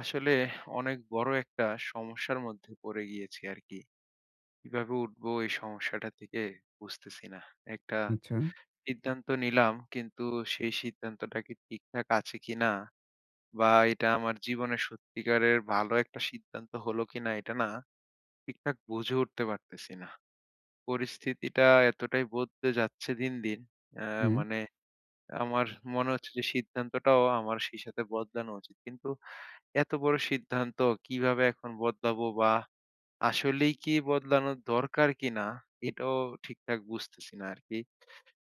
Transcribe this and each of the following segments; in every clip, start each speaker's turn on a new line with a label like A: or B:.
A: আসলে অনেক বড় একটা সমস্যার মধ্যে পড়ে গিয়েছি আর কি। কিভাবে উঠবো এই সমস্যাটা থেকে বুঝতেছি না। একটা
B: আচ্ছা,
A: সিদ্ধান্ত নিলাম কিন্তু সেই সিদ্ধান্তটা কি ঠিকঠাক আছে কিনা বা এটা আমার জীবনে সত্যিকারের ভালো একটা সিদ্ধান্ত হলো কিনা এটা না ঠিকঠাক বুঝে উঠতে পারতেছি না। পরিস্থিতিটা এতটাই বদলে যাচ্ছে দিন, দিন আ
B: হুম,
A: মানে আমার মনে হচ্ছে যে সিদ্ধান্তটাও আমার সেই সাথে বদলানো উচিত। কিন্তু এত বড় সিদ্ধান্ত কিভাবে এখন বদলাবো বা আসলেই কি বদলানোর দরকার কিনা? এটাও ঠিকঠাক বুঝতেছি না আরকি।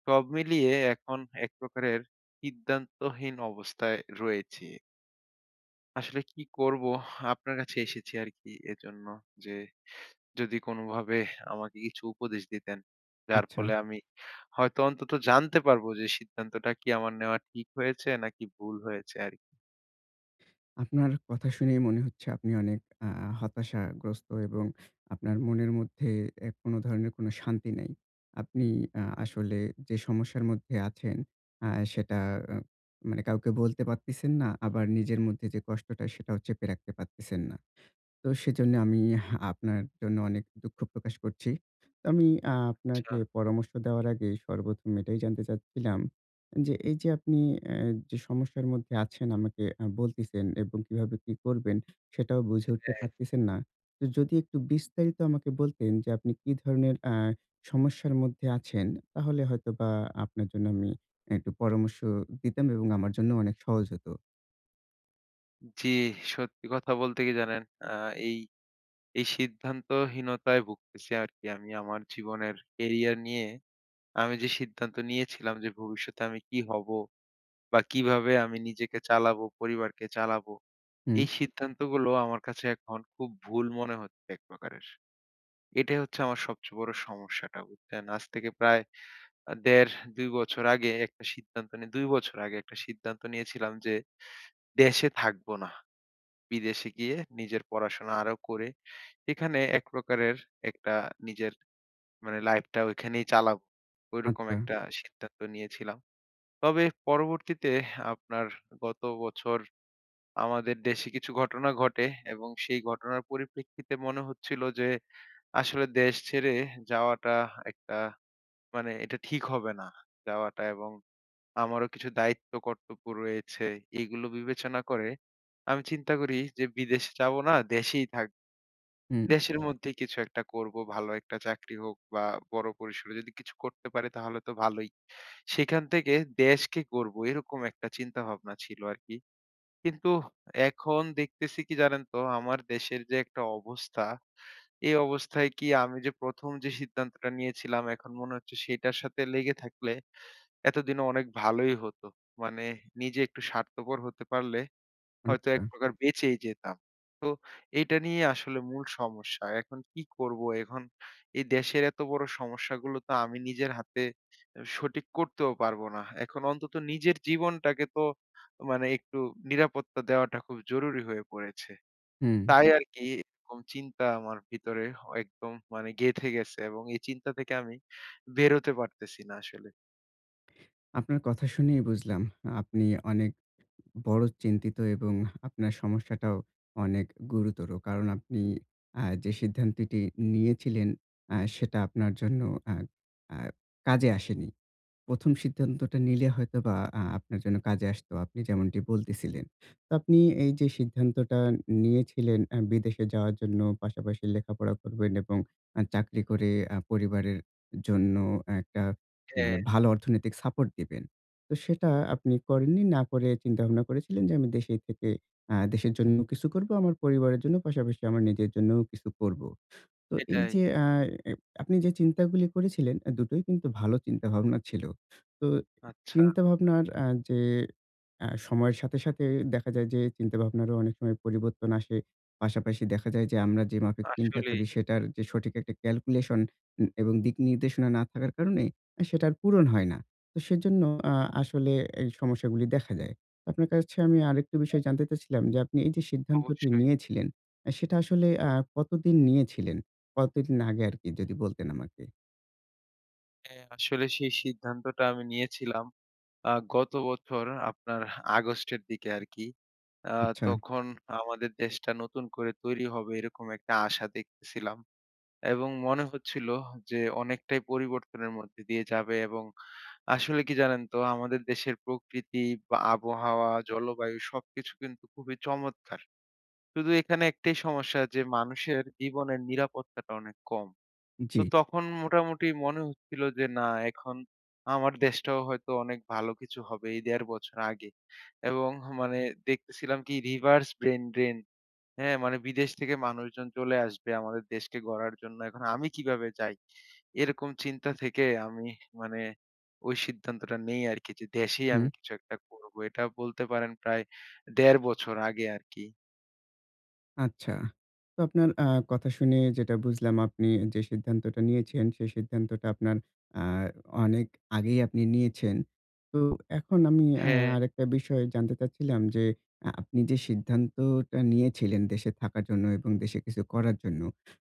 A: সব মিলিয়ে এখন এক প্রকারের সিদ্ধান্তহীন অবস্থায় রয়েছি। আসলে কি করব? আপনার কাছে এসেছি আরকি এজন্য যে যদি কোনোভাবে আমাকে কিছু উপদেশ দিতেন। যার
B: আচ্ছা।
A: ফলে আমি হয়তো অন্তত জানতে পারবো যে সিদ্ধান্তটা কি আমার নেওয়া ঠিক হয়েছে নাকি ভুল হয়েছে আরকি।
B: আপনার কথা শুনেই মনে হচ্ছে আপনি অনেক আ হতাশাগ্রস্ত এবং আপনার মনের মধ্যে কোন ধরনের কোন শান্তি নেই। আপনি আসলে যে সমস্যার মধ্যে আছেন সেটা আ মানে কাউকে বলতে পারতেছেন না, আবার নিজের মধ্যে যে কষ্টটা সেটাও চেপে রাখতে পারতেছেন না। তো সেজন্য আমি আপনার জন্য অনেক দুঃখ প্রকাশ করছি। তো আমি
A: আচ্ছা।
B: আপনাকে পরামর্শ দেওয়ার আগে সর্বপ্রথম এটাই জানতে চাচ্ছিলাম যে এই যে আপনি এ যে সমস্যার মধ্যে আছেন আমাকে বলতেছেন এবং কিভাবে কি করবেন সেটাও বুঝে উঠতে
A: হ্যাঁ।
B: পারতেছেন না। তো যদি একটু বিস্তারিত আমাকে বলতেন যে আপনি কি ধরনের সমস্যার মধ্যে আছেন, তাহলে হয়তোবা আপনার জন্য আমি একটু পরামর্শ দিতাম এবং আমার জন্য অনেক সহজ হতো।
A: জি, সত্যি কথা বলতে কি জানেন? এই এই সিদ্ধান্তহীনতায় ভুগতেছি আরকি আমি আমার জীবনের ক্যারিয়ার নিয়ে। আমি যে সিদ্ধান্ত নিয়েছিলাম যে ভবিষ্যতে আমি কি হবো বা কিভাবে আমি নিজেকে চালাবো, পরিবারকে চালাবো।
B: হুম,
A: এই সিদ্ধান্তগুলো আমার কাছে এখন খুব ভুল মনে হচ্ছে এক প্রকারের। এটাই হচ্ছে আমার সবচেয়ে বড় সমস্যাটা, বুঝছেন? আজ থেকে প্রায় ১.৫-২ বছর আগে একটা সিদ্ধান্ত নিয়ে ২ বছর আগে একটা সিদ্ধান্ত নিয়েছিলাম যে দেশে থাকবো না। বিদেশে গিয়ে নিজের পড়াশোনা আরো করে সেখানে এক প্রকারের একটা নিজের মানে লাইফটা ওইখানেই চালাবো। ঐরকম
B: আচ্ছা,
A: একটা হুম। সিদ্ধান্ত নিয়েছিলাম। তবে পরবর্তীতে আপনার গত বছর আমাদের দেশে কিছু ঘটনা ঘটে এবং সেই ঘটনার পরিপ্রেক্ষিতে মনে হচ্ছিল যে আসলে দেশ ছেড়ে যাওয়াটা একটা মানে এটা ঠিক হবে না যাওয়াটা এবং আমারও কিছু দায়িত্ব কর্তব্য রয়েছে। এগুলো বিবেচনা করে আমি চিন্তা করি যে বিদেশে যাব না, দেশেই থাকব।
B: হুম,
A: দেশের মধ্যেই কিছু একটা করব। ভালো একটা চাকরি হোক বা বড় পরিসরে যদি কিছু করতে পারি তাহলে তো ভালোই। সেখান থেকে দেশকে গড়বো এরকম একটা চিন্তাভাবনা ছিল আরকি। কিন্তু এখন দেখতেছি কি জানেন তো আমার দেশের যে একটা অবস্থা, এই অবস্থায় কি আমি যে ১ম যে সিদ্ধান্তটা নিয়েছিলাম এখন মনে হচ্ছে সেটার সাথে লেগে থাকলে এতদিনে অনেক ভালোই হতো। মানে নিজে একটু স্বার্থপর হতে পারলে হয়তো
B: আচ্ছা,
A: এক প্রকার বেঁচেই যেতাম। তো এইটা নিয়ে আসলে মূল সমস্যা। এখন কি করব? এখন এই দেশের এত বড় সমস্যাগুলো তো আমি নিজের হাতে সঠিক করতেও পারবো না। এখন অন্তত নিজের জীবনটাকে তো মানে একটু নিরাপত্তা দেওয়াটা খুব জরুরি হয়ে পড়েছে।
B: হুম।
A: তাই হুম। আরকি এরকম চিন্তা আমার ভিতরে একদম মানে গেঁথে গেছে এবং এই চিন্তা থেকে আমি বেরোতে পারতেছি না আসলে।
B: আপনার কথা শুনেই বুঝলাম আপনি অনেক বড় চিন্তিত এবং আপনার সমস্যাটাও অনেক গুরুতর। কারণ আপনি যে সিদ্ধান্তটি নিয়েছিলেন সেটা আপনার জন্য আ আ কাজে আসেনি। ১ম সিদ্ধান্তটা নিলে হয়তোবা আপনার জন্য কাজে আসতো। আপনি যেমনটি বলতেছিলেন। তো আপনি এই যে সিদ্ধান্তটা নিয়েছিলেন বিদেশে যাওয়ার জন্য পাশাপাশি লেখাপড়া করবেন এবং চাকরি করে পরিবারের জন্য একটা মানে
A: হ্যাঁ,
B: ভালো অর্থনৈতিক সাপোর্ট দিবেন। তো সেটা আপনি করেননি। না করে চিন্তাভাবনা করেছিলেন যে আমি দেশেই থেকে দেশের জন্য কিছু করব, আমার পরিবারের জন্য পাশাপাশি আমার নিজের জন্যও কিছু করব। তো এই
A: সেটাই।
B: যে আ এ আপনি যে চিন্তাগুলি করেছিলেন, দুটোই কিন্তু ভালো চিন্তাভাবনা ছিল। তো
A: আচ্ছা,
B: চিন্তাভাবনার যে সময়ের সাথে, সাথে দেখা যায় যে চিন্তাভাবনারও অনেক সময় পরিবর্তন আসে। পাশাপাশি দেখা যায় যে আমরা যে মাফিক চিন্তা
A: আসলেই,
B: করি সেটার যে সঠিক একটা ক্যালকুলেশন এবং দিক নির্দেশনা না থাকার কারণে সেটা আর পূরণ হয় না। তো সেজন্য আ আসলে এই সমস্যাগুলি দেখা যায়। আপনার কাছে আমি আরেকটু বিষয় জানতে চাচ্ছিলাম যে আপনি এই যে সিদ্ধান্তটি
A: অবশ্যই।
B: নিয়েছিলেন, সেটা আসলে কতদিন নিয়েছিলেন? কতদিন আগে আরকি যদি বলতেন আমাকে?
A: হ্যাঁ, আসলে সেই সিদ্ধান্তটা আমি নিয়েছিলাম গত বছর আপনার আগস্টের দিকে আরকি। আ
B: আচ্ছা,
A: তখন আমাদের দেশটা নতুন করে তৈরি হবে এরকম একটা আশা দেখতেছিলাম। এবং মনে হচ্ছিল যে অনেকটাই পরিবর্তনের মধ্যে দিয়ে যাবে এবং আসলে কি জানেন তো আমাদের দেশের প্রকৃতি বা আবহাওয়া, জলবায়ু সবকিছু কিন্তু খুবই চমৎকার। শুধু এখানে একটাই সমস্যা যে মানুষের জীবনের নিরাপত্তাটা অনেক কম।
B: জি।
A: তো তখন মোটামুটি মনে হচ্ছিল যে না এখন আমার দেশটাও হয়তো অনেক ভালো কিছু হবে এই ১.৫ বছর আগে। এবং মানে দেখতেছিলাম কি reverse brain drain হ্যাঁ? মানে বিদেশ থেকে মানুষজন চলে আসবে আমাদের দেশকে গড়ার জন্য। এখন আমি কিভাবে যাই? এরকম চিন্তা থেকে আমি মানে ওই সিদ্ধান্তটা নেই আরকি যে দেশেই
B: হু।
A: আমি কিছু একটা করব। এটা বলতে পারেন প্রায় ১.৫ বছর আগে আরকি।
B: আচ্ছা। তো আপনার কথা শুনে যেটা বুঝলাম আপনি যে সিদ্ধান্তটা নিয়েছেন, সেই সিদ্ধান্তটা আপনার আ অনেক আগেই আপনি নিয়েছেন। তো এখন আমি
A: হ্যাঁ,
B: আরেকটা বিষয় জানতে চাচ্ছিলাম যে, আপনি যে সিদ্ধান্তটা নিয়েছিলেন দেশে থাকার জন্য এবং দেশে কিছু করার জন্য,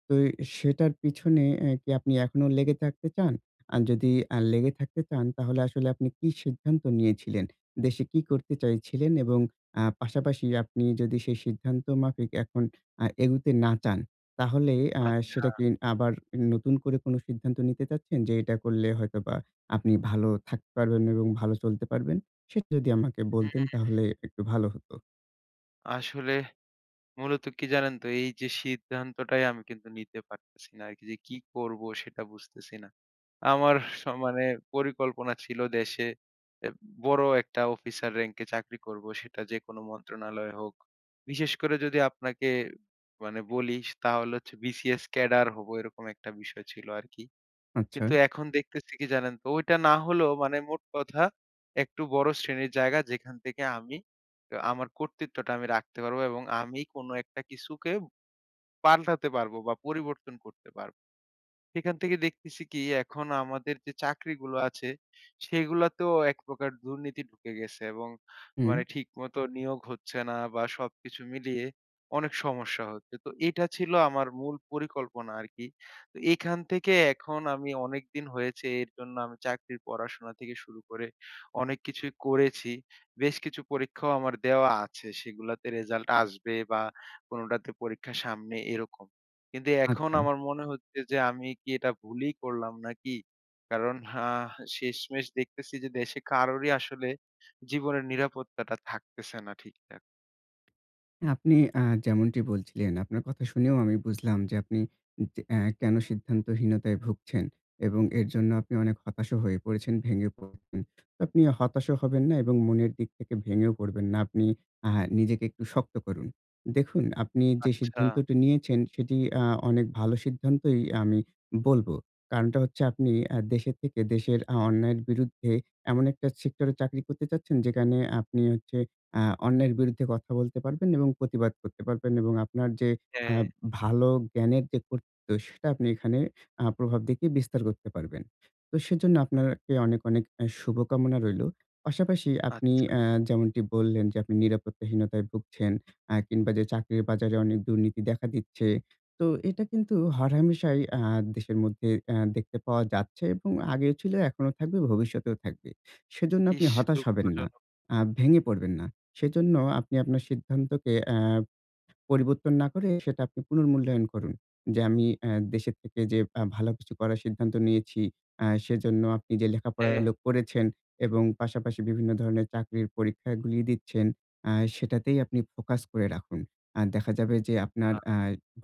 B: তো সেটার পিছনে কি আপনি এখনো লেগে থাকতে চান? আর যদি লেগে থাকতে চান, তাহলে আসলে আপনি কি সিদ্ধান্ত নিয়েছিলেন? দেশে কি করতে চাইছিলেন এবং পাশাপাশি আপনি যদি সেই সিদ্ধান্ত মাফিক এখন এগুতে না চান, তাহলে আ
A: আচ্ছা।
B: সেটা কি আবার নতুন করে কোনো সিদ্ধান্ত নিতে চাচ্ছেন যে এটা করলে হয়তোবা আপনি ভালো থাকতে পারবেন এবং ভালো চলতে পারবেন? সেটা যদি আমাকে বলতেন
A: হুম,
B: তাহলে একটু ভালো হতো।
A: আসলে মূলত কি জানেন তো? এই যে সিদ্ধান্তটাই আমি কিন্তু নিতে পারতেছি না আরকি যে কি করব সেটা বুঝতেছি না। আমার মানে পরিকল্পনা ছিল দেশে এ বড় একটা অফিসার র‍্যাংকে চাকরি করব সেটা যেকোনো মন্ত্রণালয় হোক। বিশেষ করে যদি আপনাকে মানে বলি তাহলে হচ্ছে বিসিএস ক্যাডার হব এরকম একটা বিষয় ছিল আরকি।
B: আচ্ছা।
A: কিন্তু এখন দেখতেছি কি জানেন তো? ওইটা না হলেও মানে মোট কথা একটু বড় শ্রেণীর জায়গা যেখান থেকে আমি আমার কর্তৃত্বটা আমি রাখতে পারবো এবং আমি কোনো একটা কিছুকে পাল্টাতে পারবো বা পরিবর্তন করতে পারবো। সেখান থেকে দেখতেছি কি এখন আমাদের যে চাকরিগুলো আছে সেগুলাতেও এক প্রকার দুর্নীতি ঢুকে গেছে এবং
B: হুম,
A: মানে ঠিকমতো নিয়োগ হচ্ছে না বা সবকিছু মিলিয়ে অনেক সমস্যা হচ্ছে। তো এটা ছিল আমার মূল পরিকল্পনা আরকি। তো এখান থেকে এখন আমি অনেকদিন হয়েছে এর জন্য আমি চাকরির পড়াশোনা থেকে শুরু করে অনেক কিছুই করেছি। বেশ কিছু পরীক্ষাও আমার দেওয়া আছে। সেগুলাতে রেজাল্ট আসবে বা কোনোটাতে পরীক্ষা সামনে এরকম। কিন্তু এখন
B: আচ্ছা।
A: আমার মনে হচ্ছে যে আমি কি এটা ভুলই করলাম নাকি? কারণ আ শেষমেশ দেখতেছি যে দেশে কারোরই আসলে জীবনের নিরাপত্তাটা থাকতেছে না ঠিকঠাক।
B: আপনি যেমনটি বলছিলেন, আপনার কথা শুনেও আমি বুঝলাম যে আপনি যে কেন সিদ্ধান্তহীনতায় ভুগছেন এবং এর জন্য আপনি অনেক হতাশও হয়ে পড়েছেন, ভেঙে পড়েছেন। তো আপনি হতাশও হবেন না এবং মনের দিক থেকে ভেঙেও পড়বেন না। আপনি আ নিজেকে একটু শক্ত করুন। দেখুন, আপনি যে
A: আচ্ছা,
B: সিদ্ধান্তটি নিয়েছেন সেটি অনেক ভালো সিদ্ধান্তই আমি বলব। কারণটা হচ্ছে আপনি দেশে থেকে দেশের অন্যায়ের বিরুদ্ধে এমন একটা সেক্টরে চাকরি করতে চাচ্ছেন যেখানে আপনি হচ্ছে আ অন্যের বিরুদ্ধে কথা বলতে পারবেন এবং প্রতিবাদ করতে পারবেন এবং আপনার যে আ
A: হ্যাঁ,
B: ভালো জ্ঞানের যে কর্তৃত্ব সেটা আপনি এখানে প্রভাব দেখিয়ে বিস্তার করতে পারবেন। তো সেজন্য আপনাকে অনেক, অনেক শুভকামনা রইলো। পাশাপাশি আপনি
A: আচ্ছা।
B: যেমনটি বললেন যে আপনি নিরাপত্তাহীনতায় ভুগছেন কিংবা যে চাকরির বাজারে অনেক দুর্নীতি দেখা দিচ্ছে। তো এটা কিন্তু হরহামেশাই দেশের মধ্যে দেখতে পাওয়া যাচ্ছে এবং আগেও ছিল, এখনো থাকবে, ভবিষ্যতেও থাকবে। সেজন্য আপনি
A: ইস!
B: হতাশ হবেন না,
A: দুঃখজনক।
B: ভেঙে পড়বেন না। সেজন্য আপনি আপনার সিদ্ধান্তকে পরিবর্তন না করে সেটা আপনি পুনর্মূল্যায়ন করুন। যে আমি দেশের থেকে যে ভালো কিছু করার সিদ্ধান্ত নিয়েছি, সেজন্য আপনি যে
A: হ্যাঁ,
B: লেখাপড়াগুলো করেছেন এবং পাশাপাশি বিভিন্ন ধরনের চাকরির পরীক্ষাগুলি দিচ্ছেন, সেটাতেই আপনি ফোকাস করে রাখুন। দেখা যাবে যে আপনার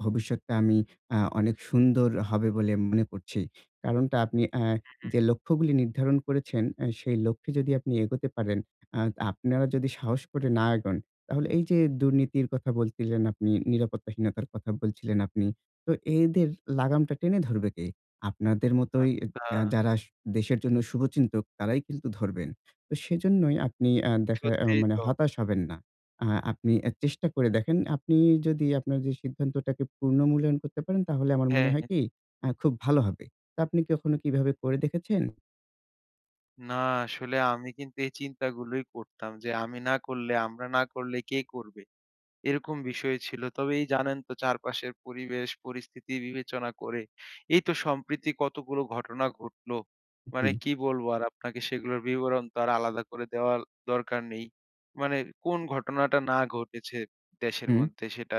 B: ভবিষ্যৎটা আমি অনেক সুন্দর হবে বলে মনে করছি। কারণটা আপনি
A: হুম,
B: যে লক্ষ্যগুলি নির্ধারণ করেছেন, সেই লক্ষ্যে যদি আপনি এগোতে পারেন, আ আপনারা যদি সাহস করে না এগোন তাহলে এই যে দুর্নীতির কথা বলছিলেন আপনি, নিরাপত্তাহীনতার কথা বলছিলেন আপনি। তো এদের লাগামটা টেনে ধরবে কে? আপনাদের মতোই
A: আচ্ছা।
B: যারা দেশের জন্য শুভচিন্তক তারাই কিন্তু ধরবেন। তো সেজন্যই আপনি আ দেখা আ
A: সত্যিই
B: মানে
A: তো।
B: হতাশ হবেন না। আপনি চেষ্টা করে দেখেন। আপনি যদি আপনার যে সিদ্ধান্তটাকে পূর্ণ মূল্যায়ন করতে পারেন তাহলে আমার মনে
A: হ্যাঁ,
B: হয়
A: হ্যাঁ।
B: কি খুব ভালো হবে। তো আপনি কখনো কি এভাবে করে দেখেছেন?
A: না আসলে আমি কিন্তু এই চিন্তাগুলোই করতাম যে আমি না করলে, আমরা না করলে কে করবে? এরকম বিষয় ছিল। তবে এই জানেন তো চারপাশের পরিবেশ, পরিস্থিতি বিবেচনা করে এই তো সম্প্রতি কতগুলো ঘটনা ঘটলো।
B: জি।
A: মানে কি বলবো আর আপনাকে সেগুলোর বিবরণ তো আর আলাদা করে দেওয়ার দরকার নেই। মানে কোন ঘটনাটা না ঘটেছে দেশের
B: হুম,
A: মধ্যে সেটা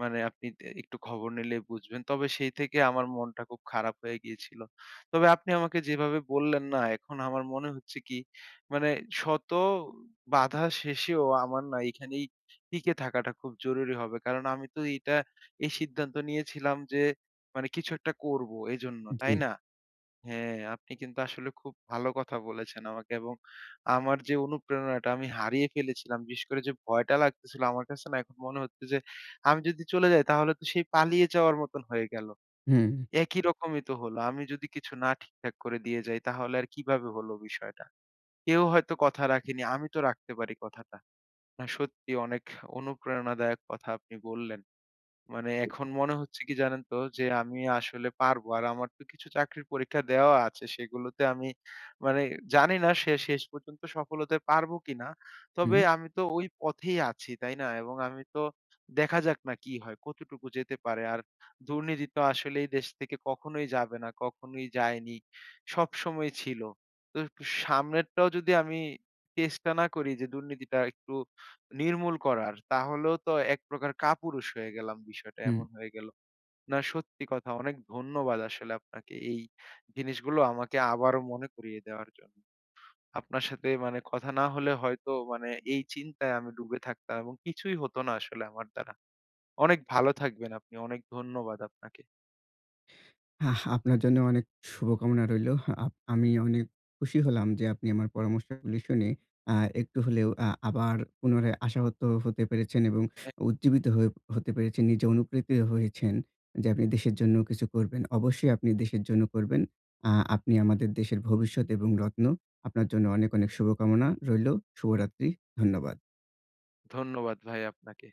A: মানে আপনি তে একটু খবর নিলে বুঝবেন। তবে সেই থেকে আমার মনটা খুব খারাপ হয়ে গিয়েছিল। তবে আপনি আমাকে যেভাবে বললেন না এখন আমার মনে হচ্ছে কি মানে শত বাধা শেষেও আমার না এখানেই টিকে থাকাটা খুব জরুরি হবে। কারণ আমি তো এইটা এই সিদ্ধান্ত নিয়েছিলাম যে মানে কিছু একটা করব এজন্য,
B: জি।
A: তাই না? হ্যাঁ, আপনি কিন্তু আসলে খুব ভালো কথা বলেছেন আমাকে এবং আমার যে অনুপ্রেরণাটা আমি হারিয়ে ফেলেছিলাম, বিশেষ করে যে ভয়টা লাগতেছিল আমার কাছে না এখন মনে হচ্ছে যে আমি যদি চলে যাই তাহলে তো সেই পালিয়ে যাওয়ার মতন হয়ে গেল।
B: হুম,
A: একই রকমই তো হলো। আমি যদি কিছু না ঠিকঠাক করে দিয়ে যাই তাহলে আর কিভাবে হলো বিষয়টা? কেউ হয়তো কথা রাখেনি, আমি তো রাখতে পারি কথাটা। না সত্যি অনেক অনুপ্রেরণাদায়ক কথা আপনি বললেন। মানে এখন মনে হচ্ছে কি জানেন তো? যে আমি আসলে পারবো। আর আমার তো কিছু চাকরির পরীক্ষা দেওয়া আছে। সেগুলোতে আমি মানে জানি না সে শেষ পর্যন্ত সফল হতে পারবো কিনা। তবে
B: হুম,
A: আমি তো ওই পথেই আছি, তাই না? এবং আমি তো দেখা যাক না কি হয়, কতটুকু যেতে পারে। আর দুর্নীতি তো আসলে এই দেশ থেকে কখনোই যাবে না, কখনোই যায়নি। সবসময় ছিল। তো সামনেরটাও যদি আমি চেষ্টা না করি যে দুর্নীতিটা একটু নির্মূল করার। তাহলেও তো এক প্রকার কাপুরুষ হয়ে গেলাম, বিষয়টা
B: হুম।
A: এমন হয়ে গেল। না সত্যি কথা অনেক ধন্যবাদ আসলে আপনাকে এই জিনিসগুলো আমাকে আবারও মনে করিয়ে দেওয়ার জন্য। আপনার সাথে মানে কথা না হলে হয়তো মানে এই চিন্তায় আমি ডুবে থাকতাম এবং কিছুই হতো না আসলে আমার দ্বারা। অনেক ভালো থাকবেন আপনি। অনেক ধন্যবাদ আপনাকে।
B: আহ! আপনার জন্য অনেক শুভকামনা রইলো। আমি অনেক খুশি হলাম যে আপনি আমার পরামর্শগুলি শুনে আ একটু হলেও আবার পুনরায় আশাহত হতে পেরেছেন এবং
A: হ্যাঁ,
B: উজ্জীবিত হয়ে হতে পেরেছেন। নিজে অনুপ্রেরিত হয়েছেন যে আপনি দেশের জন্য কিছু করবেন। অবশ্যই আপনি দেশের জন্য করবেন। আপনি আমাদের দেশের ভবিষ্যৎ এবং রত্ন। আপনার জন্য অনেক, অনেক শুভকামনা রইলো। শুভরাত্রি। ধন্যবাদ।
A: ধন্যবাদ ভাই আপনাকে।